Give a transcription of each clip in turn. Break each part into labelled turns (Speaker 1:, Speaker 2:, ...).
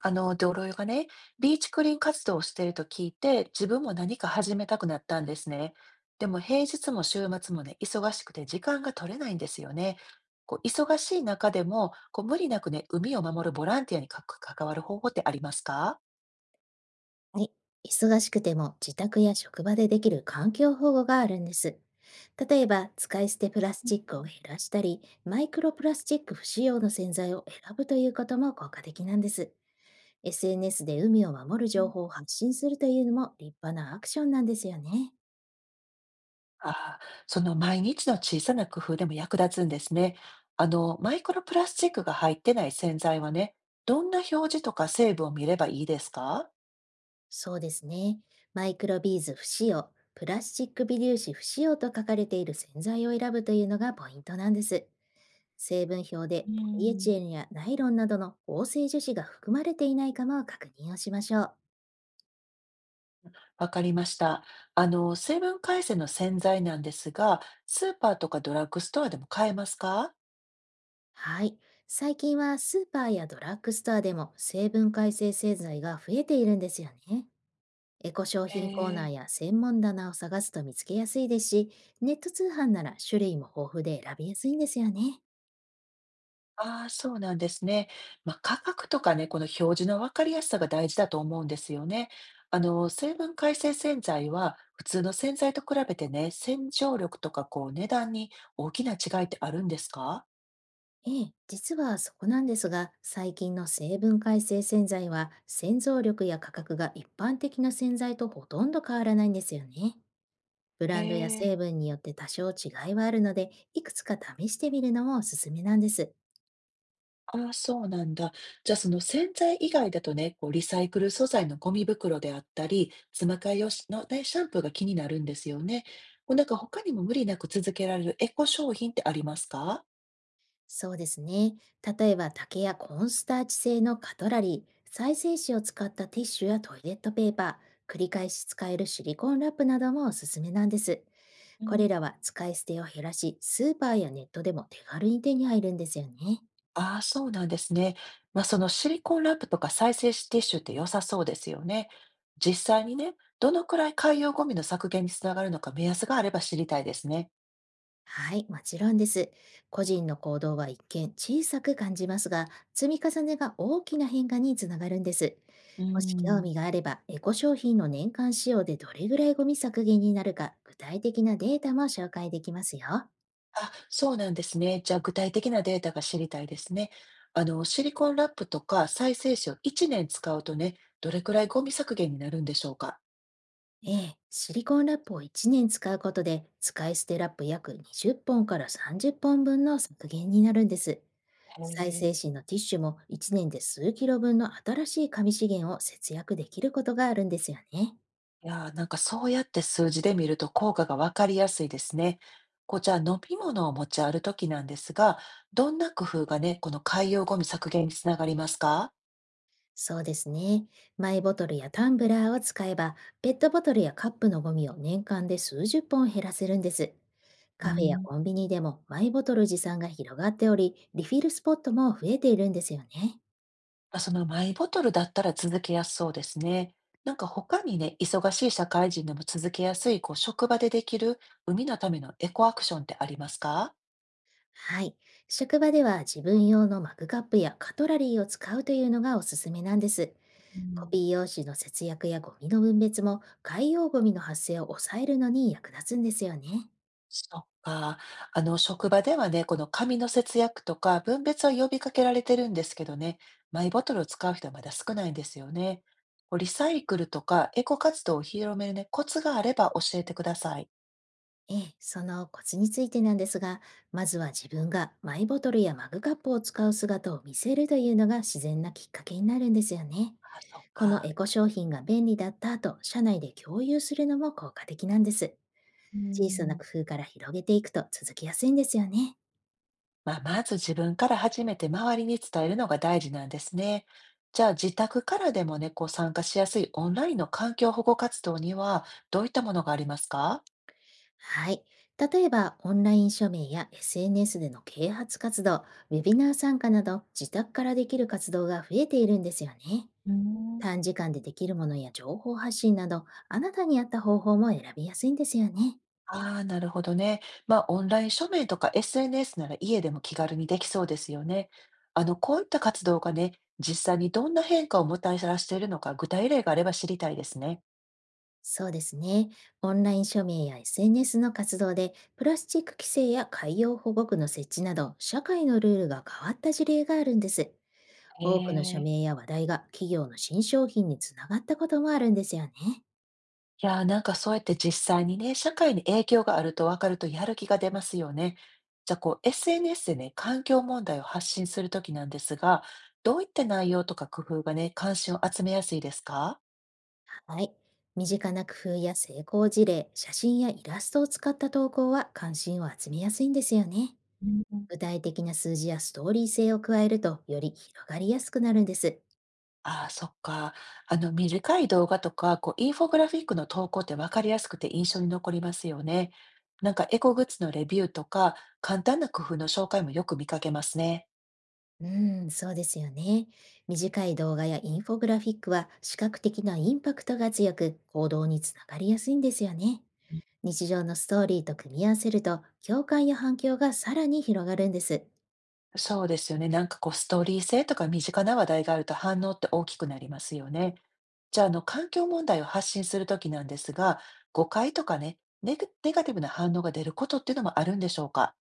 Speaker 1: 同僚がね、ビーチクリーン活動をしていると聞いて、自分も何か始めたくなったんですね。でも平日も週末もね、忙しくて時間が取れないんですよね。忙しい中でも、無理なくね、海を守るボランティアにか関わる方法ってありますか？
Speaker 2: はい。忙しくても自宅や職場でできる環境保護があるんです。例えば、使い捨てプラスチックを減らしたり、マイクロプラスチック不使用の洗剤を選ぶということも効果的なんです。SNS で海を守る
Speaker 1: う
Speaker 2: 情
Speaker 1: ん。
Speaker 2: 報を発信するというのも立派なアクションなんですよね。
Speaker 1: ああ、その毎日の小さな工夫でも役立つんですね。マイクロプラスチックが入ってない洗剤はね、どんな表示とか成分を見ればいいですか？
Speaker 2: そうですね。マイクロビーズ不使用、プラスチック微粒子不使用と書かれている洗剤を選ぶというのがポイントなんです。成分表で
Speaker 1: う
Speaker 2: ポリエチ
Speaker 1: ん、
Speaker 2: レンやナイロンなどの合成樹脂が含まれていないかも確認をしましょう。
Speaker 1: わかりました。成分改善の洗剤なんですが、スーパーとかドラッグストアでも買えますか？
Speaker 2: はい。最近はスーパーやドラッグストアでも成分改正製剤が増えているんですよね。エコ商
Speaker 1: へ
Speaker 2: 品コーナー
Speaker 1: え。
Speaker 2: や専門棚を探すと見つけやすいですし、ネット通販なら種類も豊富で選びやすいんですよね。
Speaker 1: ああ、そうなんですね。まあ、価格とかね、この表示のわかりやすさが大事だと思うんですよね。成分改正洗剤は、普通の洗剤と比べてね、洗浄力とかこう値段に大きな違いってあるんですか？
Speaker 2: ええ、実はそこなんですが、最近の成分改正洗剤は洗浄力や価格が一般的な洗剤とほとんど変わらないんですよね。ブ
Speaker 1: へ
Speaker 2: ランドや
Speaker 1: え。
Speaker 2: 成分によって多少違いはあるので、いくつか試してみるのもおすすめなんです。
Speaker 1: ああ、そうなんだ。じゃあその洗剤以外だとね、こうリサイクル素材のゴミ袋であったり、詰ま替え用しのね、シャンプーが気になるんですよね。こうなんか他にも無理なく続けられるエコ商品ってありますか？
Speaker 2: そうですね。例えば竹やコーンスターチ製のカトラリー、再生紙を使ったティッシュやトイレットペーパー、繰り返し使えるシリコンラップなどもおすすめなんです。
Speaker 1: う
Speaker 2: これ
Speaker 1: ん、
Speaker 2: らは使い捨てを減らし、スーパーやネットでも手軽に手に入るんですよね。
Speaker 1: ああ、そうなんですね。まあ、そのシリコンラップとか再生ティッシュって良さそうですよね。実際にね、どのくらい海洋ゴミの削減につながるのか目安があれば知りたいですね。
Speaker 2: はい、もちろんです。個人の行動は一見小さく感じますが、積み重ねが大きな変化につながるんです。
Speaker 1: う
Speaker 2: もし興
Speaker 1: ん。
Speaker 2: 味があれば、エコ商品の年間使用でどれぐらいゴミ削減になるか、具体的なデータも紹介できますよ。
Speaker 1: あ、そうなんですね。じゃあ、具体的なデータが知りたいですね。シリコンラップとか再生紙を1年使うとね、どれくらいゴミ削減になるんでしょうか。
Speaker 2: ええ、シリコンラップを1年使うことで、使い捨てラップ約20本から30本分の削減になるんです。
Speaker 1: へ
Speaker 2: 再生
Speaker 1: え。
Speaker 2: 紙のティッシュも1年で数キロ分の新しい紙資源を節約できることがあるんですよね。
Speaker 1: いやー、なんかそうやって数字で見ると効果がわかりやすいですね。じゃあ飲み物を持ち歩くときなんですが、どんな工夫がね、この海洋ゴミ削減につながりますか？
Speaker 2: そうですね。マイボトルやタンブラーを使えば、ペットボトルやカップのゴミを年間で数十本減らせるんです。
Speaker 1: う
Speaker 2: カフェや
Speaker 1: ん。
Speaker 2: コンビニでもマイボトル持参が広がっており、リフィルスポットも増えているんですよね。
Speaker 1: あ、そのマイボトルだったら続けやすそうですね。なんか他にね、忙しい社会人でも続けやすい、職場でできる海のためのエコアクションってありますか？
Speaker 2: はい。職場では自分用のマグカップやカトラリーを使うというのがおすすめなんです。
Speaker 1: う
Speaker 2: コ
Speaker 1: ん、
Speaker 2: ピー用紙の節約やゴミの分別も海洋ゴミの発生を抑えるのに役立つんですよね。
Speaker 1: そっか。職場ではね、この紙の節約とか分別は呼びかけられてるんですけどね、マイボトルを使う人はまだ少ないんですよね。こうリサイクルとかエコ活動を広めるね、コツがあれば教えてください。
Speaker 2: ええ、そのコツについてなんですが、まずは自分がマイボトルやマグカップを使う姿を見せるというのが自然なきっかけになるんですよね。
Speaker 1: あ、そっ
Speaker 2: この
Speaker 1: か。
Speaker 2: エコ商品が便利だったと社内で共有するのも効果的なんです。
Speaker 1: う
Speaker 2: 小さな
Speaker 1: ん、
Speaker 2: 工夫から広げていくと続きやすいんですよね。
Speaker 1: まあ、まず自分から始めて周りに伝えるのが大事なんですね。じゃあ自宅からでもね、こう参加しやすいオンラインの環境保護活動にはどういったものがありますか？
Speaker 2: はい。例えば、オンライン署名や SNS での啓発活動、ウェビナー参加など、自宅からできる活動が増えているんですよね。
Speaker 1: うーん。
Speaker 2: 短時間でできるものや情報発信など、あなたに合った方法も選びやすいんですよね。
Speaker 1: ああなるほどね。まあオンライン署名とか SNS なら家でも気軽にできそうですよね。こういった活動がね、実際にどんな変化をもたらしているのか具体例があれば知りたいですね。
Speaker 2: そうですね。オンライン署名や SNS の活動で、プラスチック規制や海洋保護区の設置など、社会のルールが変わった事例があるんです。
Speaker 1: へ
Speaker 2: 多くの署
Speaker 1: え。
Speaker 2: 名や話題が企業の新商品につながったこともあるんですよね。
Speaker 1: いやー、なんかそうやって実際にね、社会に影響があると分かるとやる気が出ますよね。じゃあ、SNS でね、環境問題を発信するときなんですが、どういった内容とか工夫がね、関心を集めやすいですか？
Speaker 2: はい。身近な工夫や成功事例、写真やイラストを使った投稿は関心を集めやすいんですよね。
Speaker 1: うん、
Speaker 2: 具体的な数字やストーリー性を加えるとより広がりやすくなるんです。
Speaker 1: ああー、そっか。短い動画とか、インフォグラフィックの投稿って分かりやすくて印象に残りますよね。なんかエコグッズのレビューとか、簡単な工夫の紹介もよく見かけますね。
Speaker 2: うん、そうですよね。短い動画やインフォグラフィックは視覚的なインパクトが強く行動につながりやすいんですよね。日常のストーリーと組み合わせると共感や反響がさらに広がるんです。
Speaker 1: そうですよね。なんかこうストーリー性とか身近な話題があると反応って大きくなりますよね。じゃあ、環境問題を発信するときなんですが、誤解とかね、ネガティブな反応が出ることっていうのもあるんでしょうか？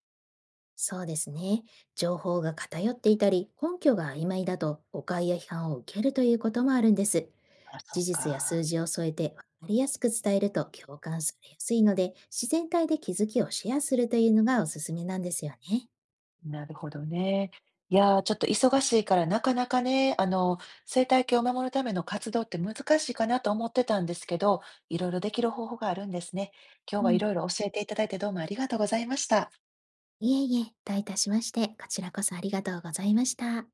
Speaker 2: そうですね。情報が偏っていたり根拠が曖昧だと誤解や批判を受けるということもあるんです。
Speaker 1: あ、そ
Speaker 2: 事
Speaker 1: っ
Speaker 2: 実や数
Speaker 1: か。
Speaker 2: 字を添えて分かりやすく伝えると共感されやすいので、自然体で気づきをシェアするというのがおすすめなんですよね。
Speaker 1: なるほどね。いやー、ちょっと忙しいからなかなかね、生態系を守るための活動って難しいかなと思ってたんですけど、いろいろできる方法があるんですね。今
Speaker 2: う
Speaker 1: 日はい
Speaker 2: ん。
Speaker 1: ろいろ教えていただいてどうもありがとうございました。
Speaker 2: いえいえ、どういたしまして、こちらこそありがとうございました。